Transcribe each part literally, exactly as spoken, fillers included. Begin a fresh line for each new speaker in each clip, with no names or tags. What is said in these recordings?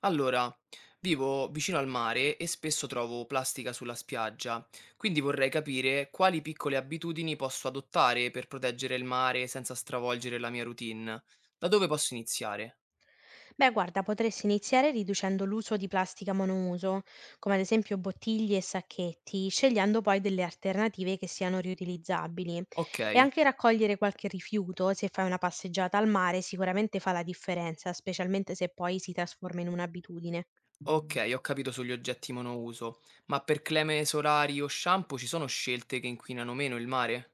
Allora, vivo vicino al mare e spesso trovo plastica sulla spiaggia, quindi vorrei capire quali piccole abitudini posso adottare per proteggere il mare senza stravolgere la mia routine. Da dove posso iniziare?
Beh, guarda, potresti iniziare riducendo l'uso di plastica monouso, come ad esempio bottiglie e sacchetti, scegliendo poi delle alternative che siano riutilizzabili. E
Ok,
anche raccogliere qualche rifiuto, se fai una passeggiata al mare, sicuramente fa la differenza, specialmente se poi si trasforma in un'abitudine.
ok, ho capito sugli oggetti monouso, ma per creme solari o shampoo ci sono scelte che inquinano meno il mare?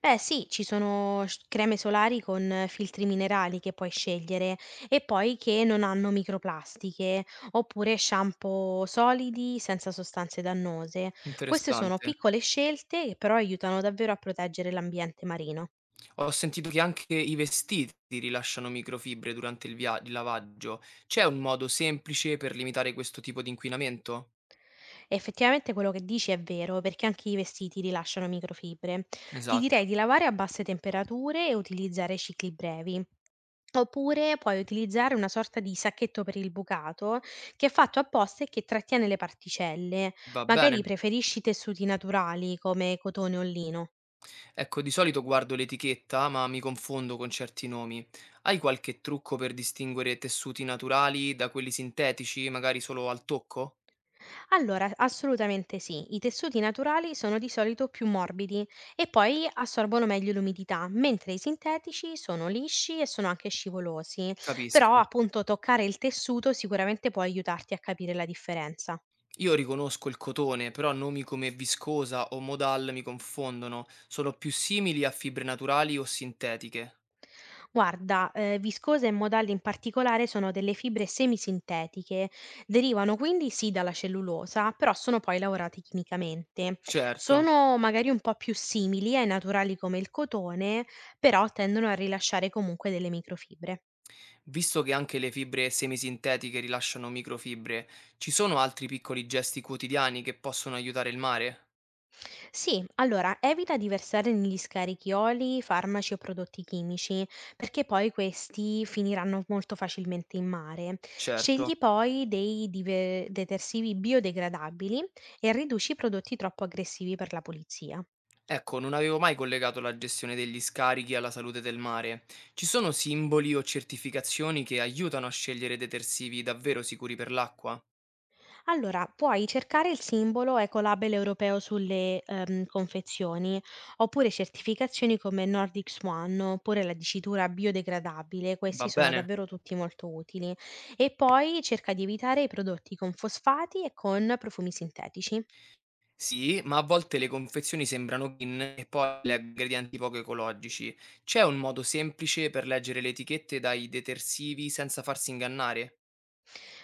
Eh sì, ci sono s creme solari con eh, filtri minerali che puoi scegliere e poi che non hanno microplastiche, oppure shampoo solidi senza sostanze dannose. Queste sono
Interessante.
piccole scelte che però aiutano davvero a proteggere l'ambiente marino.
Ho sentito che anche i vestiti rilasciano microfibre durante il via- il lavaggio. C'è un modo semplice per limitare questo tipo di inquinamento?
Effettivamente quello che dici è vero, perché anche i vestiti rilasciano microfibre. Ti
Esatto,
direi di lavare a basse temperature e utilizzare cicli brevi. Oppure puoi utilizzare una sorta di sacchetto per il bucato che è fatto apposta e che trattiene le particelle.
va bene.
Magari preferisci tessuti naturali come cotone o lino.
Ecco, di solito guardo l'etichetta, ma mi confondo con certi nomi. Hai qualche trucco per distinguere tessuti naturali da quelli sintetici, magari solo al tocco?
Allora, assolutamente sì, i tessuti naturali sono di solito più morbidi e poi assorbono meglio l'umidità, mentre i sintetici sono lisci e sono anche scivolosi. Però
Capisco.
appunto toccare il tessuto sicuramente può aiutarti a capire la differenza.
Io riconosco il cotone, però nomi come viscosa o modal mi confondono. Sono più simili a fibre naturali o sintetiche.
Guarda, ehm, viscose e modal in particolare sono delle fibre semisintetiche. Derivano quindi sì dalla cellulosa, però sono poi lavorate chimicamente.
Certo.
Sono magari un po' più simili ai naturali come il cotone, però tendono a rilasciare comunque delle microfibre.
Visto che anche le fibre semisintetiche rilasciano microfibre, ci sono altri piccoli gesti quotidiani che possono aiutare il mare?
Sì, allora evita di versare negli scarichi oli, farmaci o prodotti chimici, perché poi questi finiranno molto facilmente in mare.
Certo.
Scegli poi dei dive- detersivi biodegradabili e riduci i prodotti troppo aggressivi per la pulizia.
Ecco, non avevo mai collegato la gestione degli scarichi alla salute del mare. Ci sono simboli o certificazioni che aiutano a scegliere detersivi davvero sicuri per l'acqua?
Allora, puoi cercare il simbolo Ecolabel europeo sulle ehm, confezioni, oppure certificazioni come Nordic Swan, oppure la dicitura biodegradabile, questi
Va
sono
bene?
davvero tutti molto utili. E poi cerca di evitare i prodotti con fosfati e con profumi sintetici.
Sì, ma a volte le confezioni sembrano green e poi le ingredienti poco ecologici. C'è un modo semplice per leggere le etichette dai detersivi senza farsi ingannare?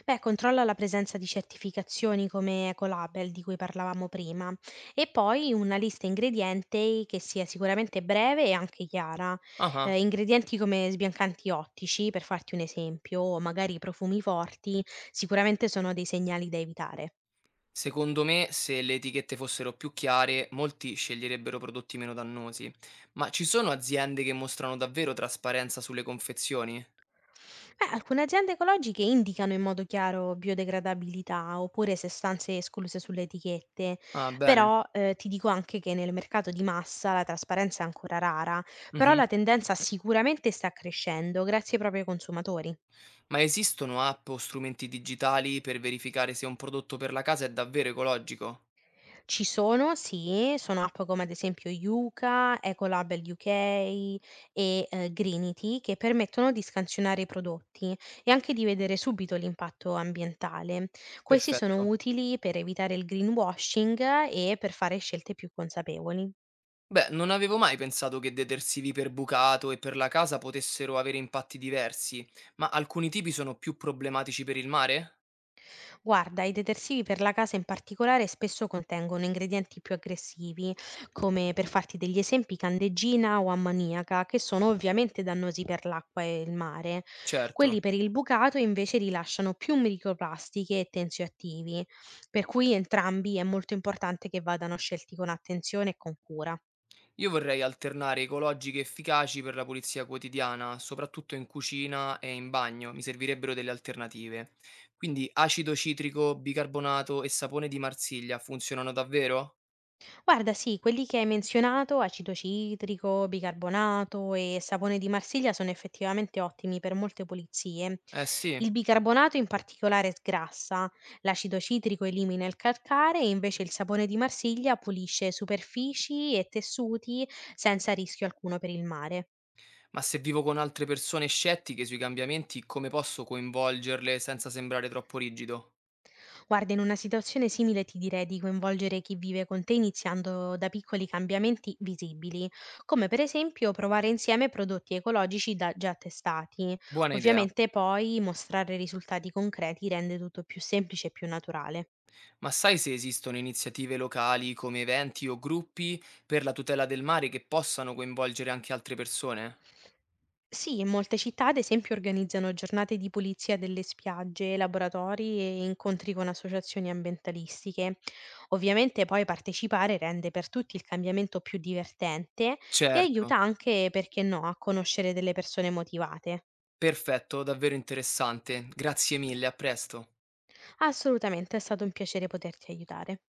Beh, controlla la presenza di certificazioni come Ecolabel di cui parlavamo prima e poi una lista ingredienti che sia sicuramente breve e anche chiara.
Ah ah.
Eh, ingredienti come sbiancanti ottici, per farti un esempio, o magari profumi forti, sicuramente sono dei segnali da evitare.
Secondo me, se le etichette fossero più chiare, molti sceglierebbero prodotti meno dannosi. Ma ci sono aziende che mostrano davvero trasparenza sulle confezioni?
Beh, alcune aziende ecologiche indicano in modo chiaro biodegradabilità oppure sostanze escluse sulle etichette,
Ah, bene.
però eh, ti dico anche che nel mercato di massa la trasparenza è ancora rara, però
Mhm.
la tendenza sicuramente sta crescendo grazie proprio ai consumatori.
Ma esistono app o strumenti digitali per verificare se un prodotto per la casa è davvero ecologico?
Ci sono, sì, sono app come ad esempio Yuka, Ecolab U K e, ehm, Greenity che permettono di scansionare i prodotti e anche di vedere subito l'impatto ambientale. Questi sono
Perfetto.
utili per evitare il greenwashing e per fare scelte più consapevoli.
Beh, non avevo mai pensato che detersivi per bucato e per la casa potessero avere impatti diversi, ma alcuni tipi sono più problematici per il mare?
Guarda, i detersivi per la casa in particolare spesso contengono ingredienti più aggressivi, come per farti degli esempi candeggina o ammoniaca, che sono ovviamente dannosi per l'acqua e il mare.
Certo.
Quelli per il bucato invece rilasciano più microplastiche e tensioattivi, per cui entrambi è molto importante che vadano scelti con attenzione e con cura.
Io vorrei alternare ecologiche efficaci per la pulizia quotidiana, soprattutto in cucina e in bagno, mi servirebbero delle alternative. Quindi acido citrico, bicarbonato e sapone di Marsiglia funzionano davvero?
Guarda, sì, quelli che hai menzionato, acido citrico, bicarbonato e sapone di Marsiglia sono effettivamente ottimi per molte pulizie.
Eh sì,
Il bicarbonato in particolare sgrassa, l'acido citrico elimina il calcare e invece il sapone di Marsiglia pulisce superfici e tessuti senza rischio alcuno per il mare.
ma se vivo con altre persone scettiche sui cambiamenti, come posso coinvolgerle senza sembrare troppo rigido?
Guarda, in una situazione simile ti direi di coinvolgere chi vive con te iniziando da piccoli cambiamenti visibili, come per esempio provare insieme prodotti ecologici da- già testati.
Buona idea,
Ovviamente poi mostrare risultati concreti rende tutto più semplice e più naturale.
ma sai se esistono iniziative locali come eventi o gruppi per la tutela del mare che possano coinvolgere anche altre persone?
Sì, in molte città, ad esempio, organizzano giornate di pulizia delle spiagge, laboratori e incontri con associazioni ambientalistiche. Ovviamente poi partecipare rende per tutti il cambiamento più divertente e
Certo.
aiuta anche, perché no, a conoscere delle persone motivate.
Perfetto, davvero interessante. Grazie mille, a presto.
Assolutamente, è stato un piacere poterti aiutare.